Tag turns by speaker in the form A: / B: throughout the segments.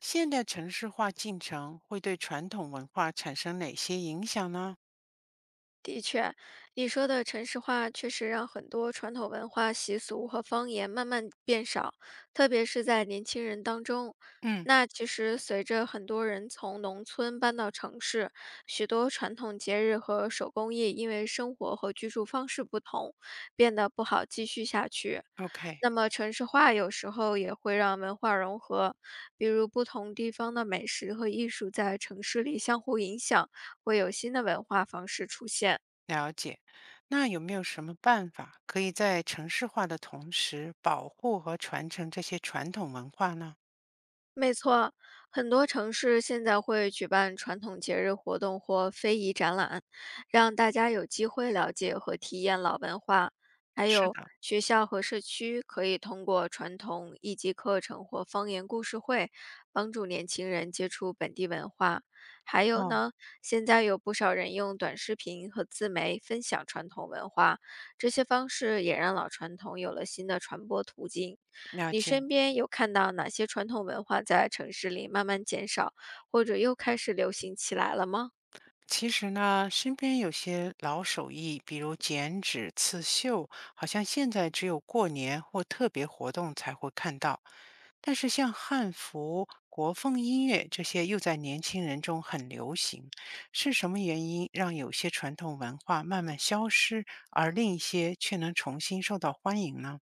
A: 现代城市化进程会对传统文化产生哪些影响呢？
B: 的确，你说的城市化确实让很多传统文化习俗和方言慢慢变少，特别是在年轻人当中。
A: 嗯
B: 那其实随着很多人从农村搬到城市，许多传统节日和手工艺因为生活和居住方式不同，变得不好继续下去。
A: ，OK，
B: 那么城市化有时候也会让文化融合，比如不同地方的美食和艺术在城市里相互影响，会有新的文化方式出现。
A: 了解。那有没有什么办法可以在城市化的同时保护和传承这些传统文化呢？
B: 没错，很多城市现在会举办传统节日活动或非遗展览，让大家有机会了解和体验老文化。还
A: 是
B: 有
A: 的，
B: 学校和社区可以通过传统艺伎课程或方言故事会，帮助年轻人接触本地文化。还有
A: 哦，
B: 呢，现在有不少人用短视频和自媒分享传统文化，这些方式也让老传统有了新的传播途径。
A: 了
B: 你
A: 解。
B: 身边有看到哪些传统文化在城市里慢慢减少，或者又开始流行起来了吗？
A: 其实呢，身边有些老手艺，比如剪纸、刺绣，好像现在只有过年或特别活动才会看到。但是像汉服、国风音乐这些，又在年轻人中很流行。是什么原因让有些传统文化慢慢消失，而另一些却能重新受到欢迎呢？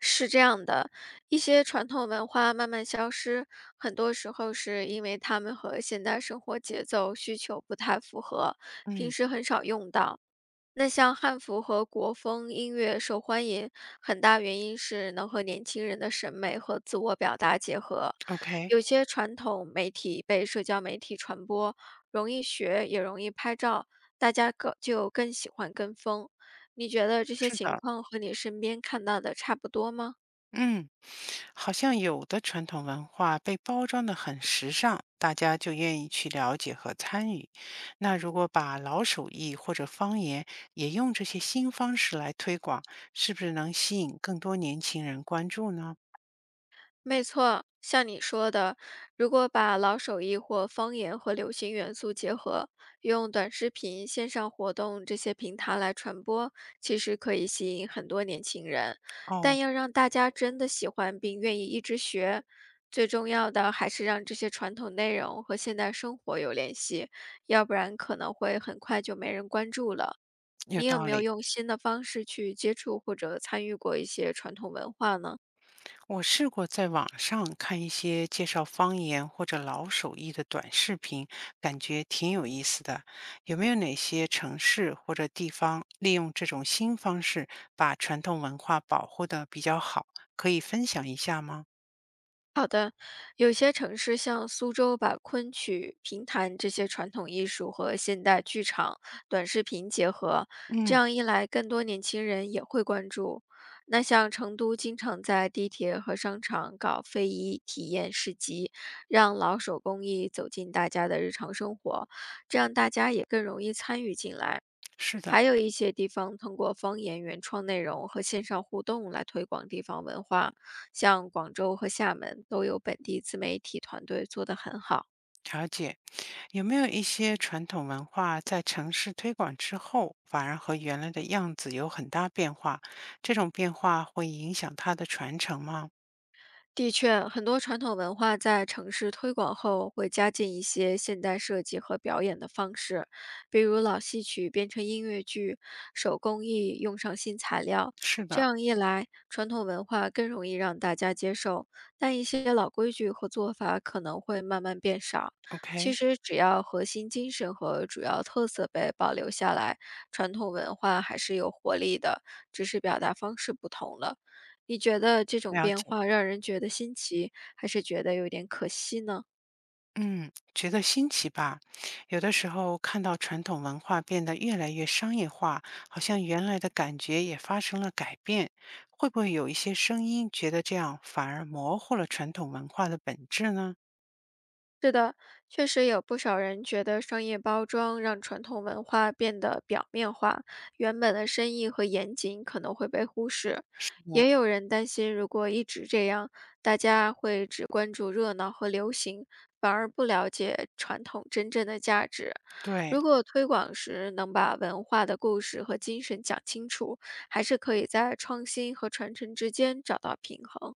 B: 是这样的，一些传统文化慢慢消失，很多时候是因为它们和现代生活节奏需求不太符合，平
A: 嗯
B: 时很少用到。那像汉服和国风音乐受欢迎，很大原因是能和年轻人的审美和自我表达结合。
A: ，OK，
B: 有些传统媒体被社交媒体传播，容易学也容易拍照，大家就更喜欢跟风。你觉得这些
A: 是
B: 情
A: 的。
B: 况和你身边看到的差不多吗？
A: 嗯，好像有的传统文化被包装得很时尚，大家就愿意去了解和参与。那如果把老手艺或者方言也用这些新方式来推广，是不是能吸引更多年轻人关注呢？
B: 没错，像你说的，如果把老手艺或方言和流行元素结合，用短视频、线上活动这些平台来传播，其实可以吸引很多年轻人。
A: 哦，
B: 但要让大家真的喜欢并愿意一直学，最重要的还是让这些传统内容和现代生活有联系，要不然可能会很快就没人关注了。
A: 有
B: 你有
A: 道
B: 没有
A: 理。
B: 用新的方式去接触或者参与过一些传统文化呢？
A: 我试过在网上看一些介绍方言或者老手艺的短视频，感觉挺有意思的。有没有哪些城市或者地方利用这种新方式把传统文化保护的比较好？可以分享一下吗？
B: 有些城市像苏州，把昆曲、评弹这些传统艺术和现代剧场、短视频结合，这
A: 嗯，
B: 样一来，更多年轻人也会关注。那像成都，经常在地铁和商场搞非遗体验市集，让老手工艺走进大家的日常生活，这样大家也更容易参与进来。
A: 是的，
B: 还有一些地方通过方言原创内容和线上互动来推广地方文化，像广州和厦门都有本地自媒体团队做得很好。
A: 了解。有没有一些传统文化在城市推广之后，反而和原来的样子有很大变化？这种变化会影响它的传承吗？
B: 的确，很多传统文化在城市推广后，会加进一些现代设计和表演的方式，比如老戏曲变成音乐剧，手工艺用上新材料。
A: 是
B: 这
A: 的
B: 样一来，传统文化更容易让大家接受，但一些老规矩和做法可能会慢慢变少。其
A: ，OK，
B: 实，只要核心精神和主要特色被保留下来，传统文化还是有活力的，只是表达方式不同了。你觉得这种
A: 了
B: 变
A: 解。
B: 化让人觉得新奇，还是觉得有点可惜呢？
A: 嗯，觉得新奇吧。有的时候看到传统文化变得越来越商业化，好像原来的感觉也发生了改变。会不会有一些声音觉得这样反而模糊了传统文化的本质呢？
B: 是的，确实有不少人觉得商业包装让传统文化变得表面化，原本的深意和严谨可能会被忽视。
A: 是
B: 也有人担心，如果一直这样，大家会只关注热闹和流行，反而不了解传统真正的价值。
A: 对，
B: 如果推广时能把文化的故事和精神讲清楚，还是可以在创新和传承之间找到平衡。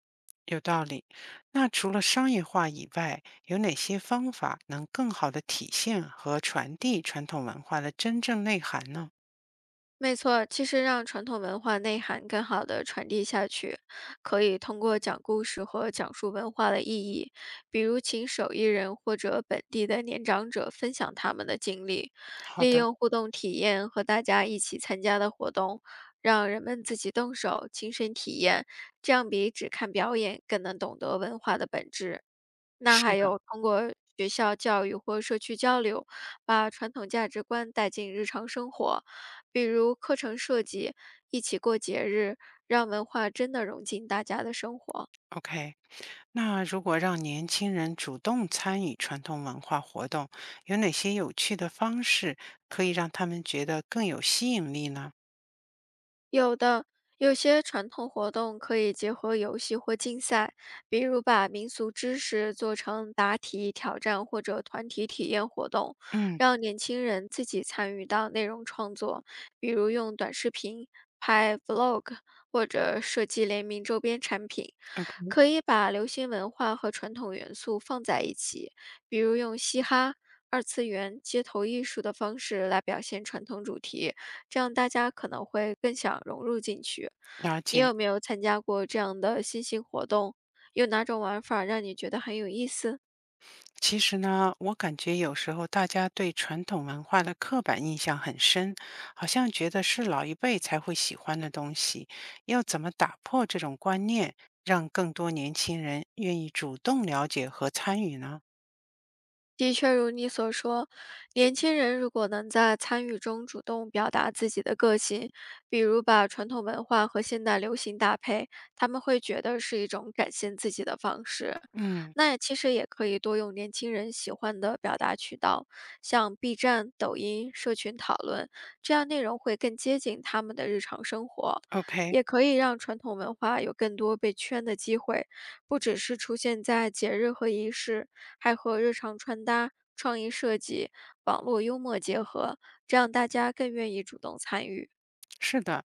A: 有道理。那除了商业化以外，有哪些方法能更好的体现和传递传统文化的真正内涵呢？
B: 没错，其实让传统文化内涵更好的传递下去，可以通过讲故事和讲述文化的意义，比如请手艺人或者本地的年长者分享他们的经历，
A: 好
B: 利
A: 的，
B: 用互动体验和大家一起参加的活动，让人们自己动手亲身体验，这样比只看表演更能懂得文化的本质。那
A: 是
B: 还
A: 的
B: 有通过学校教育或社区交流，把传统价值观带进日常生活，比如课程设计，一起过节日，让文化真的融进大家的生活。
A: ，OK。那如果让年轻人主动参与传统文化活动，有哪些有趣的方式可以让他们觉得更有吸引力呢？
B: 有的，有些传统活动可以结合游戏或竞赛，比如把民俗知识做成答题挑战或者团体体验活动，
A: 嗯
B: 让年轻人自己参与到内容创作，比如用短视频拍 vlog 或者设计联名周边产品。
A: o
B: 可以把流行文化和传统元素放在一起，比如用嘻哈、二次元、街头艺术的方式来表现传统主题，这样大家可能会更想融入进去。
A: 了
B: 你
A: 解。
B: 有没有参加过这样的新兴活动？有哪种玩法让你觉得很有意思？
A: 其实呢，我感觉有时候大家对传统文化的刻板印象很深，好像觉得是老一辈才会喜欢的东西。要怎么打破这种观念，让更多年轻人愿意主动了解和参与呢？
B: 的确如你所说，年轻人如果能在参与中主动表达自己的个性，比如把传统文化和现代流行搭配，他们会觉得是一种展现自己的方式。
A: 嗯
B: 那其实也可以多用年轻人喜欢的表达渠道，像 B 站、抖音、社群讨论，这样内容会更接近他们的日常生活，
A: ，OK，
B: 也可以让传统文化有更多被圈的机会，不只是出现在节日和仪式，还和日常穿搭、创意设计、网络幽默结合，这样大家更愿意主动参与。
A: 是的，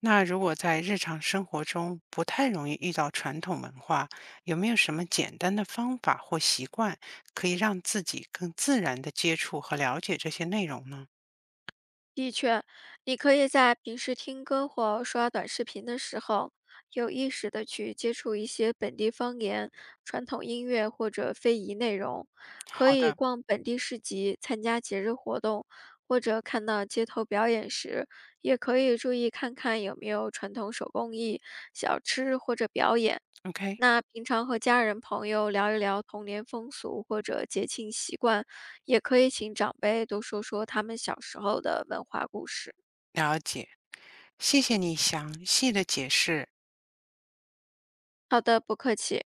A: 那如果在日常生活中不太容易遇到传统文化，有没有什么简单的方法或习惯，可以让自己更自然的接触和了解这些内容呢？
B: 的确，你可以在平时听歌或刷短视频的时候，有意识的去接触一些本地方言、传统音乐或者非遗内容，可
A: 好
B: 以
A: 的
B: 逛本地市集、参加节日活动，或者看到街头表演时，也可以注意看看有没有传统手工艺、小吃或者表演。
A: ，OK，
B: 那平常和家人朋友聊一聊童年风俗或者节庆习惯，也可以请长辈多说说他们小时候的文化故事。
A: 了解，谢谢你详细的解释。
B: 好的，不客气。